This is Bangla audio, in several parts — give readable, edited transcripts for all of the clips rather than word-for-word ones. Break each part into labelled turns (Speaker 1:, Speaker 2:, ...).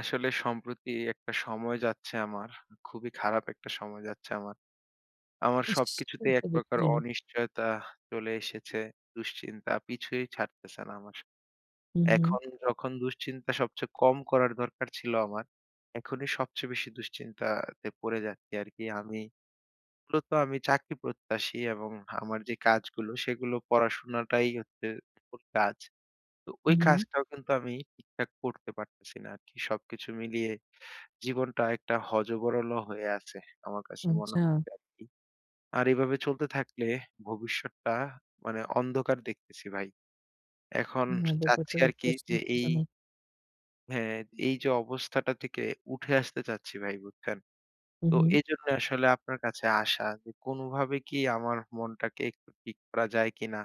Speaker 1: আসলে সম্প্রতি একটা সময় যাচ্ছে আমার। খুবই খারাপ একটা সময় যাচ্ছে আমার। আমার
Speaker 2: ইস!
Speaker 1: সবকিছুতেই এক
Speaker 2: অবশ্যই
Speaker 1: প্রকার
Speaker 2: দুঃখজনক।
Speaker 1: অনিশ্চয়তা চলে এসেছে। দুশ্চিন্তা পিছুই ছাড়তেছে না আমার।
Speaker 2: হু, হু,
Speaker 1: এখন যখন দুশ্চিন্তা সবচেয়ে কম করার দরকার ছিল আমার, এখনই সবচেয়ে বেশি দুশ্চিন্তাতে পড়ে যাচ্ছি আরকি। মূলত আমি চাকরি প্রত্যাশী এবং আমার যে কাজগুলো সেগুলো পড়াশোনাটাই হচ্ছে মূল কাজ। তো
Speaker 2: হু,
Speaker 1: ওই
Speaker 2: হু।
Speaker 1: কাজটাও কিন্তু আমি ঠিকঠাক করতে পারতেছি না আরকি। সবকিছু মিলিয়ে জীবনটা একটা হযবরল হয়ে আছে। আমার কাছে মনে
Speaker 2: আচ্ছা।
Speaker 1: হচ্ছে আরকি। আর এভাবে চলতে থাকলে ভবিষ্যৎটা মানে অন্ধকার দেখতেছি ভাই। এখন
Speaker 2: না ব্যাপারটা
Speaker 1: চাচ্ছি
Speaker 2: তো
Speaker 1: আরকি
Speaker 2: বেশ
Speaker 1: যে
Speaker 2: দুঃখজনক।
Speaker 1: হ্যাঁ, এই যে অবস্থাটা থেকে উঠে আসতে চাচ্ছি ভাই বুঝছেন?
Speaker 2: হু,
Speaker 1: তো
Speaker 2: হু,
Speaker 1: এজন্য আসলে আপনার কাছে আসা যে কোনভাবে কি আমার মনটাকে একটু ঠিক করা যায় কিনা?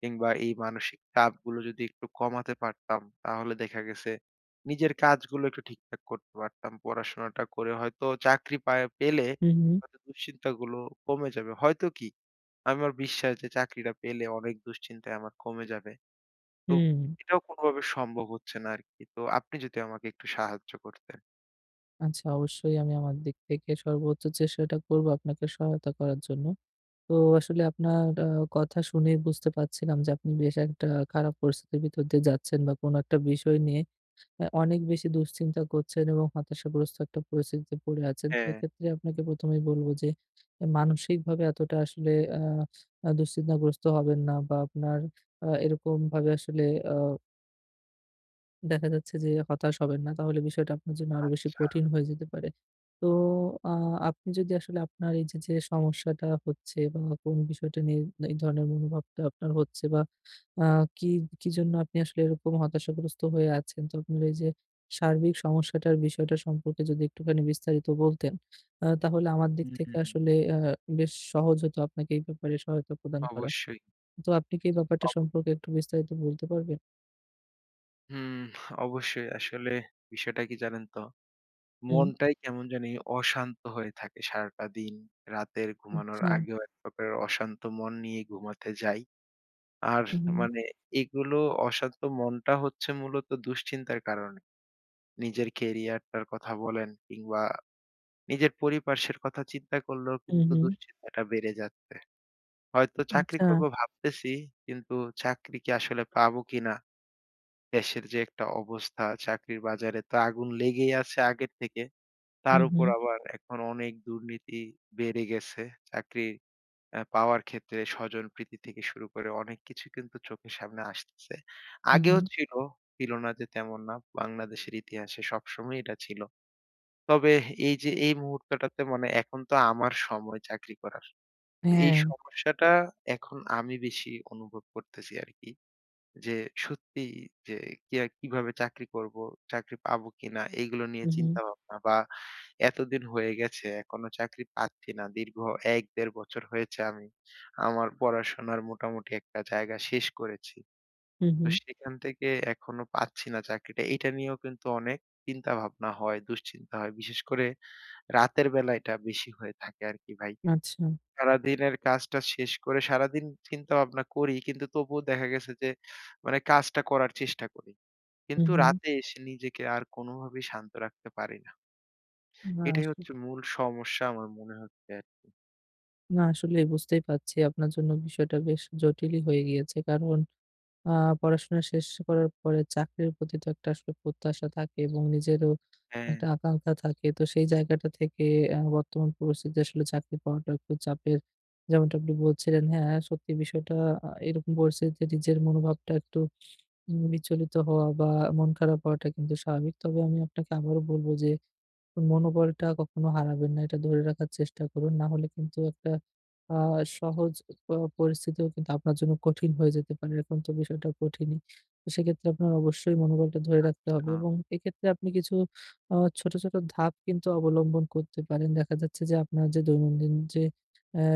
Speaker 1: কিংবা এই মানসিক চাপগুলো যদি একটু কমাতে পারতাম, তাহলে দেখা গেছে নিজের কাজগুলো একটু ঠিকঠাক করতে পারতাম। পড়াশোনাটা করে হয়তো চাকরি পেলে
Speaker 2: হু, হু,
Speaker 1: হয়তো দুশ্চিন্তাগুলো কমে যাবে। হয়তো কি? আমার বিশ্বাস যে চাকরিটা পেলে অনেক দুশ্চিন্তায় আমার কমে যাবে। তো
Speaker 2: হুম।
Speaker 1: এটাও কোনোভাবে সম্ভব হচ্ছে না আরকি। তো আপনি যদি আমাকে একটু সাহায্য করতেন।
Speaker 2: আচ্ছা, অবশ্যই আমি আমার দিক থেকে সর্বোচ্চ চেষ্টাটা করব আপনাকে সহায়তা করার জন্য। তো আসলে আপনার কথা শুনেই বুঝতে পারছিলাম যে আপনি বেশ একটা খারাপ পরিস্থিতির ভিতর দিয়ে যাচ্ছেন বা কোনো একটা বিষয় নিয়ে অনেক বেশি দুশ্চিন্তা করছেন এবং হতাশাগ্রস্ত একটা পরিস্থিতিতে পড়ে আছেন। তো
Speaker 1: হ্যাঁ।
Speaker 2: এক্ষেত্রে আপনাকে ১ম এই বলব যে মানসিকভাবে এতটা আসলে আ আ দুশ্চিন্তাগ্রস্ত হবেন না বা আপনার এরকমভাবে আসলে আ দেখা যাচ্ছে যে হতাশ হবেন না। তাহলে বিষয়টা আপনার জন্য আরো বেশি
Speaker 1: আচ্ছা।
Speaker 2: কঠিন হয়ে যেতে পারে। তো আ আপনি যদি আসলে আপনার এই যে সমস্যাটা হচ্ছে বা কোন বিষয়টা নিয়ে এই ধরনের মনোভাবটা আপনার হচ্ছে বা আ কি, কি জন্য আপনি আসলে এরকম হতাশাগ্রস্ত হয়ে আছেন? তো আপনার এই যে সার্বিক সমস্যাটার বিষয়টা সম্পর্কে যদি একটুখানি বিস্তারিত বলতেন, তাহলে আমার দিক থেকে
Speaker 1: হুম।
Speaker 2: আসলে বেশ সহজ হতো আপনাকে এই ব্যাপারে সহায়তা প্রদান করা।
Speaker 1: অবশ্যই।
Speaker 2: তো আপনি কি এই ব্যাপারটা
Speaker 1: অব
Speaker 2: সম্পর্কে একটু বিস্তারিত বলতে পারবেন?
Speaker 1: হুম, অবশ্যই। আসলে বিষয়টা কি জানেন তো?
Speaker 2: হুম,
Speaker 1: মনটাই কেমন জানি অশান্ত হয়ে থাকে সারাটা দিন। রাতের ঘুমানোর
Speaker 2: আচ্ছা।
Speaker 1: আগেও এক প্রকারের অশান্ত মন নিয়ে ঘুমাতে যাই। আর
Speaker 2: হুম।
Speaker 1: মানে এগুলো অশান্ত মনটা হচ্ছে মূলত দুশ্চিন্তার কারণে। নিজের ক্যারিয়ারটার কথা বলেন কিংবা নিজের পরিপার্শ্বের কথা চিন্তা করলেও
Speaker 2: হুম,
Speaker 1: কিন্তু
Speaker 2: হুম।
Speaker 1: দুশ্চিন্তাটা বেড়ে যাচ্ছে। হয়তো চাকরি
Speaker 2: আচ্ছা।
Speaker 1: করব ভাবতেছি কিন্তু চাকরি কি আসলে পাবো কিনা? দেশের যে একটা অবস্থা চাকরির বাজারে তো আগুন লেগেই আছে আগের থেকে। তার
Speaker 2: হুম,
Speaker 1: উপর
Speaker 2: হুম,
Speaker 1: আবার এখন অনেক দুর্নীতি বেড়ে গেছে। চাকরি পাওয়ার ক্ষেত্রে স্বজনপ্রীতি থেকে শুরু করে অনেক কিছু কিন্তু চোখের সামনে আসতেছে।
Speaker 2: হুম,
Speaker 1: আগেও
Speaker 2: হুম।
Speaker 1: ছিল, ছিল না যে তেমন না। বাংলাদেশের ইতিহাসে সবসময় এটা ছিল। তবে এই যে এই মুহূর্তটাতে মানে এখন তো আমার সময় চাকরি করার। তো এই
Speaker 2: হ্যাঁ।
Speaker 1: সমস্যাটা এখন আমি বেশি অনুভব করতেছি আরকি। যে সত্যিই যে কি আর কিভাবে চাকরি করব, চাকরি পাবো কিনা এইগুলো নিয়ে
Speaker 2: হুম, হুম,
Speaker 1: চিন্তা ভাবনা বা এতদিন হয়ে গেছে এখনো চাকরি পাচ্ছি না। দীর্ঘ ১-১.৫ বছর হয়েছে আমি আমার পড়াশোনার মোটামুটি একটা জায়গা শেষ করেছি।
Speaker 2: হুম,
Speaker 1: তো
Speaker 2: হুম।
Speaker 1: সেখান থেকে এখনো পাচ্ছি না চাকরিটা। এটা নিয়েও কিন্তু অনেক চিন্তা ভাবনা হয়, দুশ্চিন্তা হয়। বিশেষ করে রাতের বেলা এটা বেশি হয়ে থাকে আরকি ভাই।
Speaker 2: আচ্ছা।
Speaker 1: সারাদিনের কাজটা শেষ করে সারাদিন চিন্তা-ভাবনা করি। কিন্তু তবুও দেখা গেছে যে মানে কাজটা করার চেষ্টা করি।
Speaker 2: হুম,
Speaker 1: কিন্তু
Speaker 2: হুম।
Speaker 1: রাতে এসে নিজেকে আর কোনোভাবেই শান্ত রাখতে পারি না।
Speaker 2: না
Speaker 1: এটাই হচ্ছে
Speaker 2: আসলে
Speaker 1: মূল সমস্যা আমার মনে হচ্ছে আরকি।
Speaker 2: না আসলেই বুঝতেই পারছি আপনার জন্য বিষয়টা বেশ জটিলই হয়ে গিয়েছে। কারণ আ পড়াশোনা শেষ করার পরে চাকরির প্রতি তো একটা আসলে প্রত্যাশা থাকে এবং নিজেরও
Speaker 1: হ্যাঁ,
Speaker 2: একটা আকাঙ্ক্ষা থাকে। তো সেই জায়গাটা থেকে বর্তমান পরিস্থিতিতে আসলে চাকরি পাওয়াটা একটু চাপের। যেমনটা আপনি বলছিলেন, হ্যাঁ, সত্যি বিষয়টা এরকম পরিস্থিতিতে নিজের মনোভাবটা একটু বিচলিত হওয়া বা মন খারাপ হওয়াটা কিন্তু স্বাভাবিক। তবে আমি আপনাকে আবারও বলব যে মনোবলটা কখনো হারাবেন না। এটা ধরে রাখার চেষ্টা করুন। না হলে কিন্তু একটা আ সহজ প পরিস্থিতিও কিন্তু আপনার জন্য কঠিন হয়ে যেতে পারে। এখন তো বিষয়টা কঠিনই। তো সেক্ষেত্রে আপনার অবশ্যই মনোবলটা ধরে রাখতে হবে
Speaker 1: হ্যাঁ,
Speaker 2: এবং এক্ষেত্রে আপনি কিছু ছোট, ছোট ধাপ কিন্তু অবলম্বন করতে পারেন। দেখা যাচ্ছে যে আপনার যে দৈনন্দিন যে অ্যা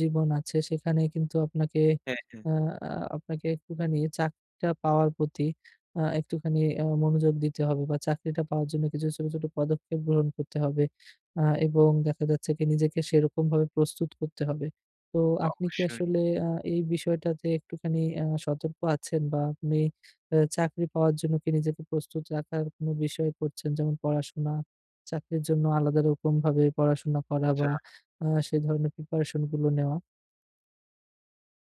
Speaker 2: জীবন আছে সেখানে কিন্তু আপনাকে
Speaker 1: হ্যাঁ, হ্যাঁ,
Speaker 2: আ আ আপনাকে একটুখানি চাকরিটা পাওয়ার প্রতি একটুখানি মনোযোগ দিতে হবে বা চাকরিটা পাওয়ার জন্য কিছু ছোট, ছোট পদক্ষেপ গ্রহণ করতে হবে। এবং দেখা যাচ্ছে কি নিজেকে সেরকমভাবে প্রস্তুত করতে হবে। তো আপনি কি
Speaker 1: অবশ্যই।
Speaker 2: আসলে আ এই বিষয়টাতে একটুখানি সতর্ক আছেন বা আপনি চাকরি পাওয়ার জন্য কি নিজেকে প্রস্তুত রাখার কোনো বিষয় করছেন? যেমন পড়াশোনা, চাকরির জন্য আলাদা রকমভাবে পড়াশোনা করা বা
Speaker 1: আচ্ছা।
Speaker 2: সেই ধরনের প্রিপারেশন গুলো নেওয়া?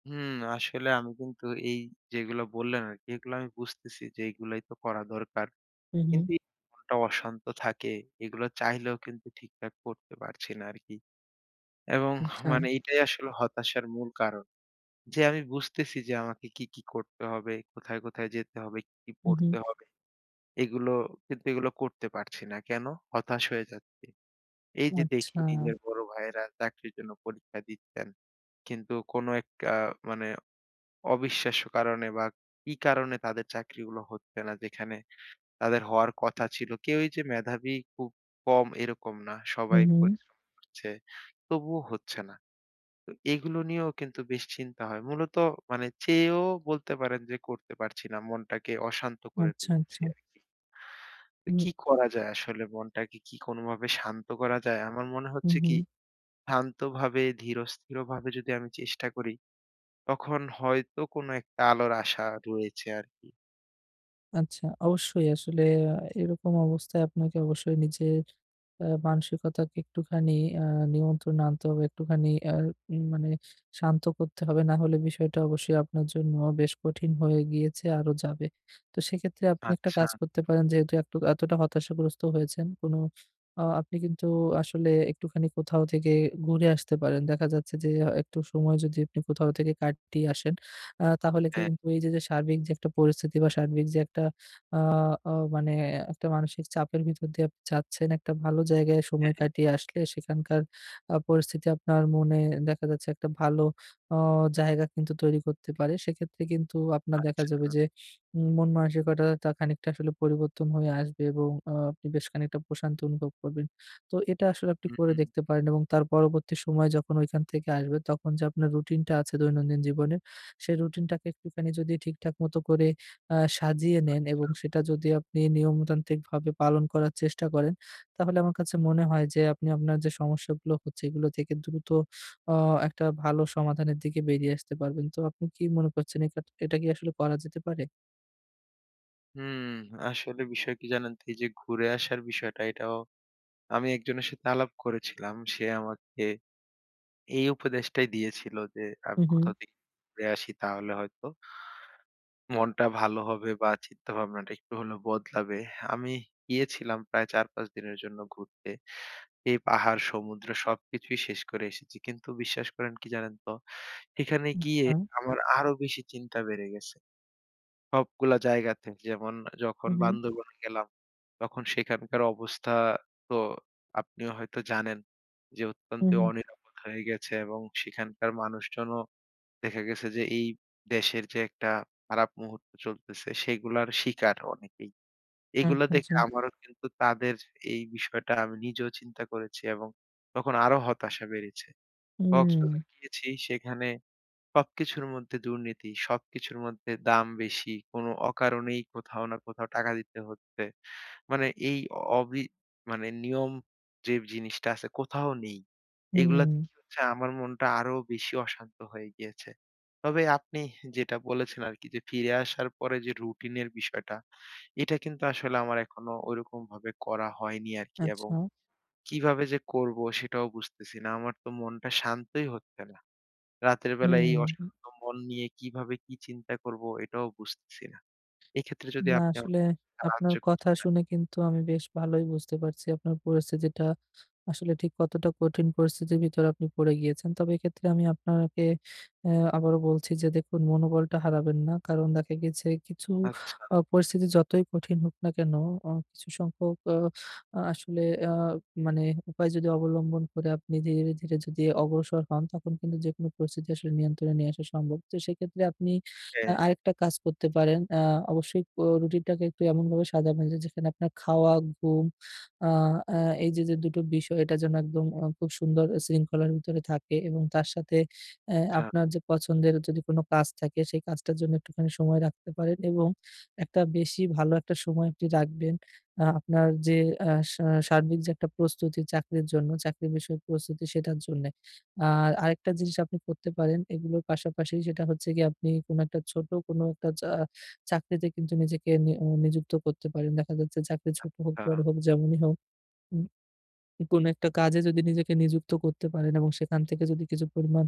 Speaker 1: হুম। আসলে আমি কিন্তু এই যেগুলো বললেন আরকি এগুলো আমি বুঝতেছি যে এগুলাই তো করা দরকার।
Speaker 2: হু, হু।
Speaker 1: কিন্তু এই মনটা অশান্ত থাকে। এগুলো চাইলেও কিন্তু ঠিকঠাক করতে পারছি না আরকি। এবং
Speaker 2: আচ্ছা।
Speaker 1: মানে এটাই আসলে হতাশার মূল কারণ। যে আমি বুঝতেছি যে আমাকে কি, কি করতে হবে, কোথায়, কোথায় যেতে হবে, কি কি
Speaker 2: হু, হু।
Speaker 1: পড়তে হবে। এগুলো এগুলো করতে পারছি না। কেন? হতাশ হয়ে যাচ্ছি। এই যে দেখি
Speaker 2: আচ্ছা।
Speaker 1: নিজের বড় ভাইয়েরা চাকরির জন্য পরীক্ষা দিচ্ছেন। কিন্তু কোনো একটা মানে অবিশ্বাস্য কারণে বা কি কারণে তাদের চাকরিগুলো হচ্ছে না যেখানে তাদের হওয়ার কথা ছিল। কেউই যে মেধাবী খুব কম এরকম না।
Speaker 2: হু,
Speaker 1: সবাই
Speaker 2: হু।
Speaker 1: পরিশ্রম করছে, তবুও হচ্ছে না। তো এগুলো নিয়েও কিন্তু বেশ চিন্তা হয়। মূলত মানে চেয়েও বলতে পারেন যে করতে পারছি না। মনটাকে অশান্ত করে
Speaker 2: আচ্ছা,
Speaker 1: ফেলছি
Speaker 2: আচ্ছা।
Speaker 1: আরকি। তো
Speaker 2: হুম,
Speaker 1: কি করা যায় আসলে মনটাকে কি কোনোভাবে শান্ত করা যায়? আমার মনে
Speaker 2: হু,
Speaker 1: হচ্ছে
Speaker 2: হু।
Speaker 1: কি শান্তভাবে ধীরস্থিরভাবে যদি আমি চেষ্টা করি তখন হয়তো কোনো একটা আলোর আশা রয়েছে আরকি।
Speaker 2: আচ্ছা, অবশ্যই আসলে আ এরকম অবস্থায় আপনাকে অবশ্যই নিজের মানসিকতাকে একটুখানি আ নিয়ন্ত্রণে আনতে হবে। একটুখানি আ উম মানে শান্ত করতে হবে। না হলে বিষয়টা অবশ্যই আপনার জন্য বেশ কঠিন হয়ে গিয়েছে, আরো যাবে। তো সেক্ষেত্রে আপনি একটা
Speaker 1: আচ্ছা,
Speaker 2: কাজ করতে পারেন যেহেতু একটু এতটা হতাশাগ্রস্ত হয়েছেন, কোনো আ আপনি কিন্তু আসলে একটুখানি কোথাও থেকে ঘুরে আসতে পারেন। দেখা যাচ্ছে যে একটু সময় যদি আপনি কোথাও থেকে কাটিয়ে আসেন, তাহলে
Speaker 1: হ্যাঁ,
Speaker 2: কিন্তু এই যে সার্বিক যে একটা পরিস্থিতি বা সার্বিক যে একটা আ আ মানে একটা মানসিক চাপের ভিতর দিয়ে আপনি যাচ্ছেন। একটা ভালো জায়গায় সময়
Speaker 1: হ্যাঁ,
Speaker 2: কাটিয়ে আসলে সেখানকার পরিস্থিতি আপনার মনে দেখা যাচ্ছে একটা ভালো অ জায়গা কিন্তু তৈরি করতে পারে। সেক্ষেত্রে কিন্তু আপনার দেখা
Speaker 1: আচ্ছা।
Speaker 2: যাবে যে মন মানসিকতাটা খানিকটা আসলে পরিবর্তন হয়ে আসবে এবং আপনি বেশ খানিকটা প্রশান্তি অনুভব করবেন। তো এটা আসলে আপনি
Speaker 1: হুম,
Speaker 2: করে
Speaker 1: হুম,
Speaker 2: দেখতে পারেন এবং তার পরবর্তী সময় যখন ওইখান থেকে আসবে তখন যে আপনার রুটিনটা আছে দৈনন্দিন জীবনের, সেই রুটিনটাকে একটুখানি যদি ঠিকঠাক মতো করে সাজিয়ে নেন এবং সেটা যদি আপনি নিয়মতান্ত্রিকভাবে পালন করার চেষ্টা করেন, তাহলে আমার কাছে মনে হয় যে আপনি আপনার যে সমস্যাগুলো হচ্ছে এগুলো থেকে দ্রুত অ একটা ভালো সমাধানের দিকে বেরিয়ে আসতে পারবেন। তো আপনি কি মনে করছেন একা এটা কি আসলে করা যেতে পারে?
Speaker 1: হুম। আসলে বিষয় কি জানেন তো এই যে ঘুরে আসার বিষয়টা এটাও আমি একজনের সাথে আলাপ করেছিলাম। সে আমাকে এই উপদেশটাই দিয়েছিল যে
Speaker 2: হু,
Speaker 1: আমি
Speaker 2: হু।
Speaker 1: কোথাও থেকে ঘুরে আসি তাহলে হয়তো মনটা ভালো হবে বা চিন্তা ভাবনাটা একটু হলেও বদলাবে। আমি গিয়েছিলাম প্রায় ৪-৫ দিনের জন্য ঘুরতে। এই পাহাড়, সমুদ্র সবকিছুই শেষ করে এসেছি। কিন্তু বিশ্বাস করেন কি জানেন তো? এখানে গিয়ে
Speaker 2: আচ্ছা।
Speaker 1: আমার আরো বেশি চিন্তা বেড়ে গেছে। সবগুলা জায়গাতে যেমন
Speaker 2: হু,
Speaker 1: যখন
Speaker 2: হু।
Speaker 1: বান্দরবনে গেলাম, তখন সেখানকার অবস্থা তো আপনিও হয়তো জানেন যে
Speaker 2: হু,
Speaker 1: অত্যন্ত
Speaker 2: হু।
Speaker 1: অনিরাপদ হয়ে গেছে এবং সেখানকার মানুষজনও দেখা গেছে যে এই দেশের যে একটা খারাপ মুহূর্ত চলতেছে সেগুলার শিকার অনেকেই। এগুলা
Speaker 2: আচ্ছা, আচ্ছা।
Speaker 1: দেখে আমারও কিন্তু তাদের এই বিষয়টা আমি নিজেও চিন্তা করেছি এবং তখন আরো হতাশা বেড়েছে।
Speaker 2: হুম,
Speaker 1: কক্সবাজার গিয়েছি সেখানে সবকিছুর মধ্যে দুর্নীতি, সবকিছুর মধ্যে দাম বেশি, কোনো অকারণেই কোথাও না কোথাও টাকা দিতে হচ্ছে। মানে এই অবি মানে নিয়ম যে জিনিসটা আছে কোথাও নেই।
Speaker 2: হুম।
Speaker 1: এগুলাতে কি হচ্ছে আমার মনটা আরো বেশি অশান্ত হয়ে গিয়েছে। তবে আপনি যেটা বলেছেন আরকি যে ফিরে আসার পরে যে রুটিনের বিষয়টা, এটা কিন্তু আসলে আমার এখনো ঐরকমভাবে করা হয়নি আরকি এবং
Speaker 2: আচ্ছা।
Speaker 1: কিভাবে যে করব সেটাও বুঝতেছি না। আমার তো মনটা শান্তই হচ্ছে না। রাতের বেলা এই
Speaker 2: হুম।
Speaker 1: অশান্ত মন নিয়ে কিভাবে কি চিন্তা করব এটাও বুঝতেছি না। এক্ষেত্রে যদি
Speaker 2: না
Speaker 1: আপনি
Speaker 2: আসলে
Speaker 1: আমাকে একটু
Speaker 2: আপনার
Speaker 1: সাহায্য
Speaker 2: কথা
Speaker 1: করতেন।
Speaker 2: শুনে কিন্তু আমি বেশ ভালোই বুঝতে পারছি আপনার পরিস্থিতিটা আসলে ঠিক কতটা কঠিন পরিস্থিতির ভিতর আপনি পড়ে গিয়েছেন। তবে এক্ষেত্রে আমি আপনাকে আবারও বলছি যে দেখুন মনোবলটা হারাবেন না। কারণ দেখা গেছে কিছু
Speaker 1: আচ্ছা,
Speaker 2: পরিস্থিতি যতই কঠিন হোক না কেন কিছু সংখ্যক আসলে আ মানে উপায় যদি অবলম্বন করে আপনি ধীরে, ধীরে যদি অগ্রসর হন তখন কিন্তু যেকোনো পরিস্থিতি আসলে নিয়ন্ত্রণে নিয়ে আসা সম্ভব। তো সেক্ষেত্রে আপনি
Speaker 1: হ্যাঁ,
Speaker 2: আরেকটা কাজ করতে পারেন। অবশ্যই রুটিনটাকে একটু এমনভাবে সাজাবেন যে যেখানে আপনার খাওয়া, ঘুম আ আ এই যে ২ টো বিষয় এটা যেন একদম খুব সুন্দর শৃঙ্খলার ভিতরে থাকে এবং তার সাথে
Speaker 1: আচ্ছা,
Speaker 2: আপনার যে পছন্দের যদি কোনো কাজ থাকে সেই কাজটার জন্য একটুখানি সময় রাখতে পারেন এবং একটা বেশি ভালো একটা সময় আপনি রাখবেন। আপনার যে আ সা সার্বিক যে একটা প্রস্তুতি চাকরির জন্য, চাকরি বিষয়ক প্রস্তুতি সেটার জন্যে। আ আরেকটা জিনিস আপনি করতে পারেন। এগুলোর পাশাপাশি সেটা হচ্ছে গিয়ে আপনি কোনো একটা ছোট কোনো একটা চাকরিতে কিন্তু নিজেকে নি অ নিযুক্ত করতে পারেন। দেখা যাচ্ছে চাকরি ছোট হোক,
Speaker 1: আচ্ছা
Speaker 2: বড় হোক, যেমনই হোক। কোনো একটা কাজে যদি নিজেকে নিযুক্ত করতে পারেন এবং সেখান থেকে যদি কিছু পরিমাণ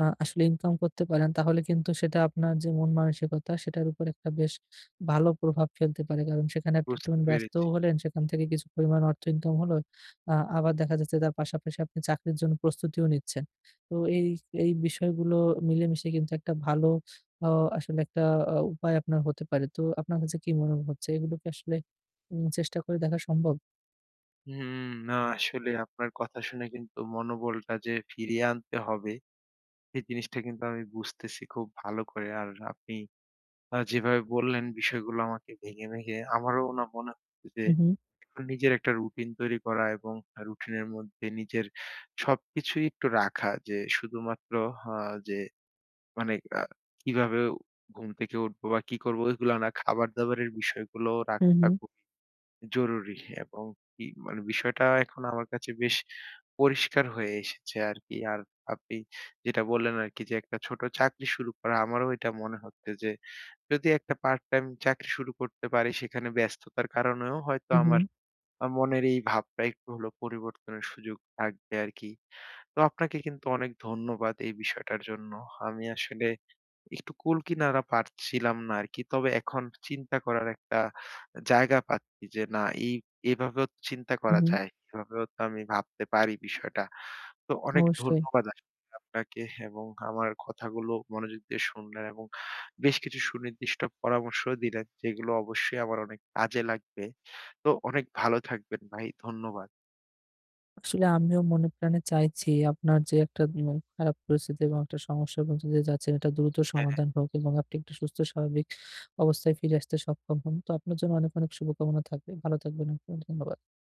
Speaker 2: আসলে ইনকাম করতে পারেন, তাহলে কিন্তু সেটা আপনার যে মন মানসিকতা সেটার উপর একটা বেশ ভালো প্রভাব ফেলতে পারে। কারণ সেখানে আপনি
Speaker 1: বুঝতে
Speaker 2: একটুখানি ব্যস্তও
Speaker 1: পেরেছি।
Speaker 2: হলেন, সেখান থেকে কিছু পরিমাণ অর্থ ইনকাম হলো। আবার দেখা যাচ্ছে তার পাশাপাশি আপনি চাকরির জন্য প্রস্তুতিও নিচ্ছেন। তো এই বিষয়গুলো মিলেমিশে কিন্তু একটা ভালো অ আসলে একটা উপায় আপনার হতে পারে। তো আপনার কাছে কি মনে হচ্ছে? এগুলো কি আসলে চেষ্টা করে দেখা সম্ভব?
Speaker 1: হুম, না আসলে আপনার কথা শুনে কিন্তু মনোবলটা যে ফিরিয়ে আনতে হবে, এই জিনিসটা কিন্তু আমি বুঝতেছি খুব ভালো করে। আর আপনি যেভাবে বললেন বিষয়গুলো আমাকে ভেঙে, ভেঙে আমারও না মনে হচ্ছে যে
Speaker 2: হু, হু,
Speaker 1: এখন নিজের একটা রুটিন তৈরি করা এবং রুটিনের মধ্যে নিজের সবকিছুই একটু রাখা যে শুধুমাত্র আ যে মানে আ কিভাবে ঘুম থেকে উঠবো বা কি করবো ওইগুলা না খাবার-দাবারের বিষয়গুলো
Speaker 2: হু, হু,
Speaker 1: রাখাটা খুব জরুরি এবং কি মানে বিষয়টা এখন আমার কাছে বেশ পরিষ্কার হয়ে এসেছে আরকি। আর আপনি যেটা বললেন আরকি যে একটা ছোট চাকরি শুরু করা আমারও এটা মনে হচ্ছে যে যদি একটা পার্ট টাইম চাকরি শুরু করতে পারি সেখানে ব্যস্ততার কারণেও হয়তো
Speaker 2: হু, হু।
Speaker 1: আমার মনের এই ভাবটা একটু হলেও পরিবর্তনের সুযোগ থাকবে আরকি। তো আপনাকে কিন্তু অনেক ধন্যবাদ এই বিষয়টার জন্য। আমি আসলে একটু কুল কিনারা পারছিলাম না আরকি। তবে এখন চিন্তা করার একটা জায়গা পাচ্ছি যে না এভাবেও তো চিন্তা
Speaker 2: হুম,
Speaker 1: করা
Speaker 2: হুম,
Speaker 1: যায়। এভাবেও তো আমি ভাবতে পারি বিষয়টা। তো অনেক
Speaker 2: অবশ্যই।
Speaker 1: ধন্যবাদ আসলে আপনাকে এবং আমার কথাগুলো মনোযোগ দিয়ে শুনলেন এবং বেশ কিছু সুনির্দিষ্ট পরামর্শ দিলেন যেগুলো অবশ্যই আমার অনেক কাজে লাগবে। তো অনেক ভালো থাকবেন ভাই। ধন্যবাদ।
Speaker 2: আসলে আমিও মনে প্রাণে চাইছি আপনার যে একটা খারাপ পরিস্থিতি এবং একটা সমস্যার মধ্য দিয়ে যাচ্ছেন এটা দ্রুত
Speaker 1: হ্যাঁ।
Speaker 2: সমাধান হোক এবং আপনি একটা সুস্থ স্বাভাবিক অবস্থায় ফিরে আসতে সক্ষম হন। তো আপনার জন্য অনেক, অনেক শুভকামনা থাকবে। ভালো থাকবেন আপনি। ধন্যবাদ।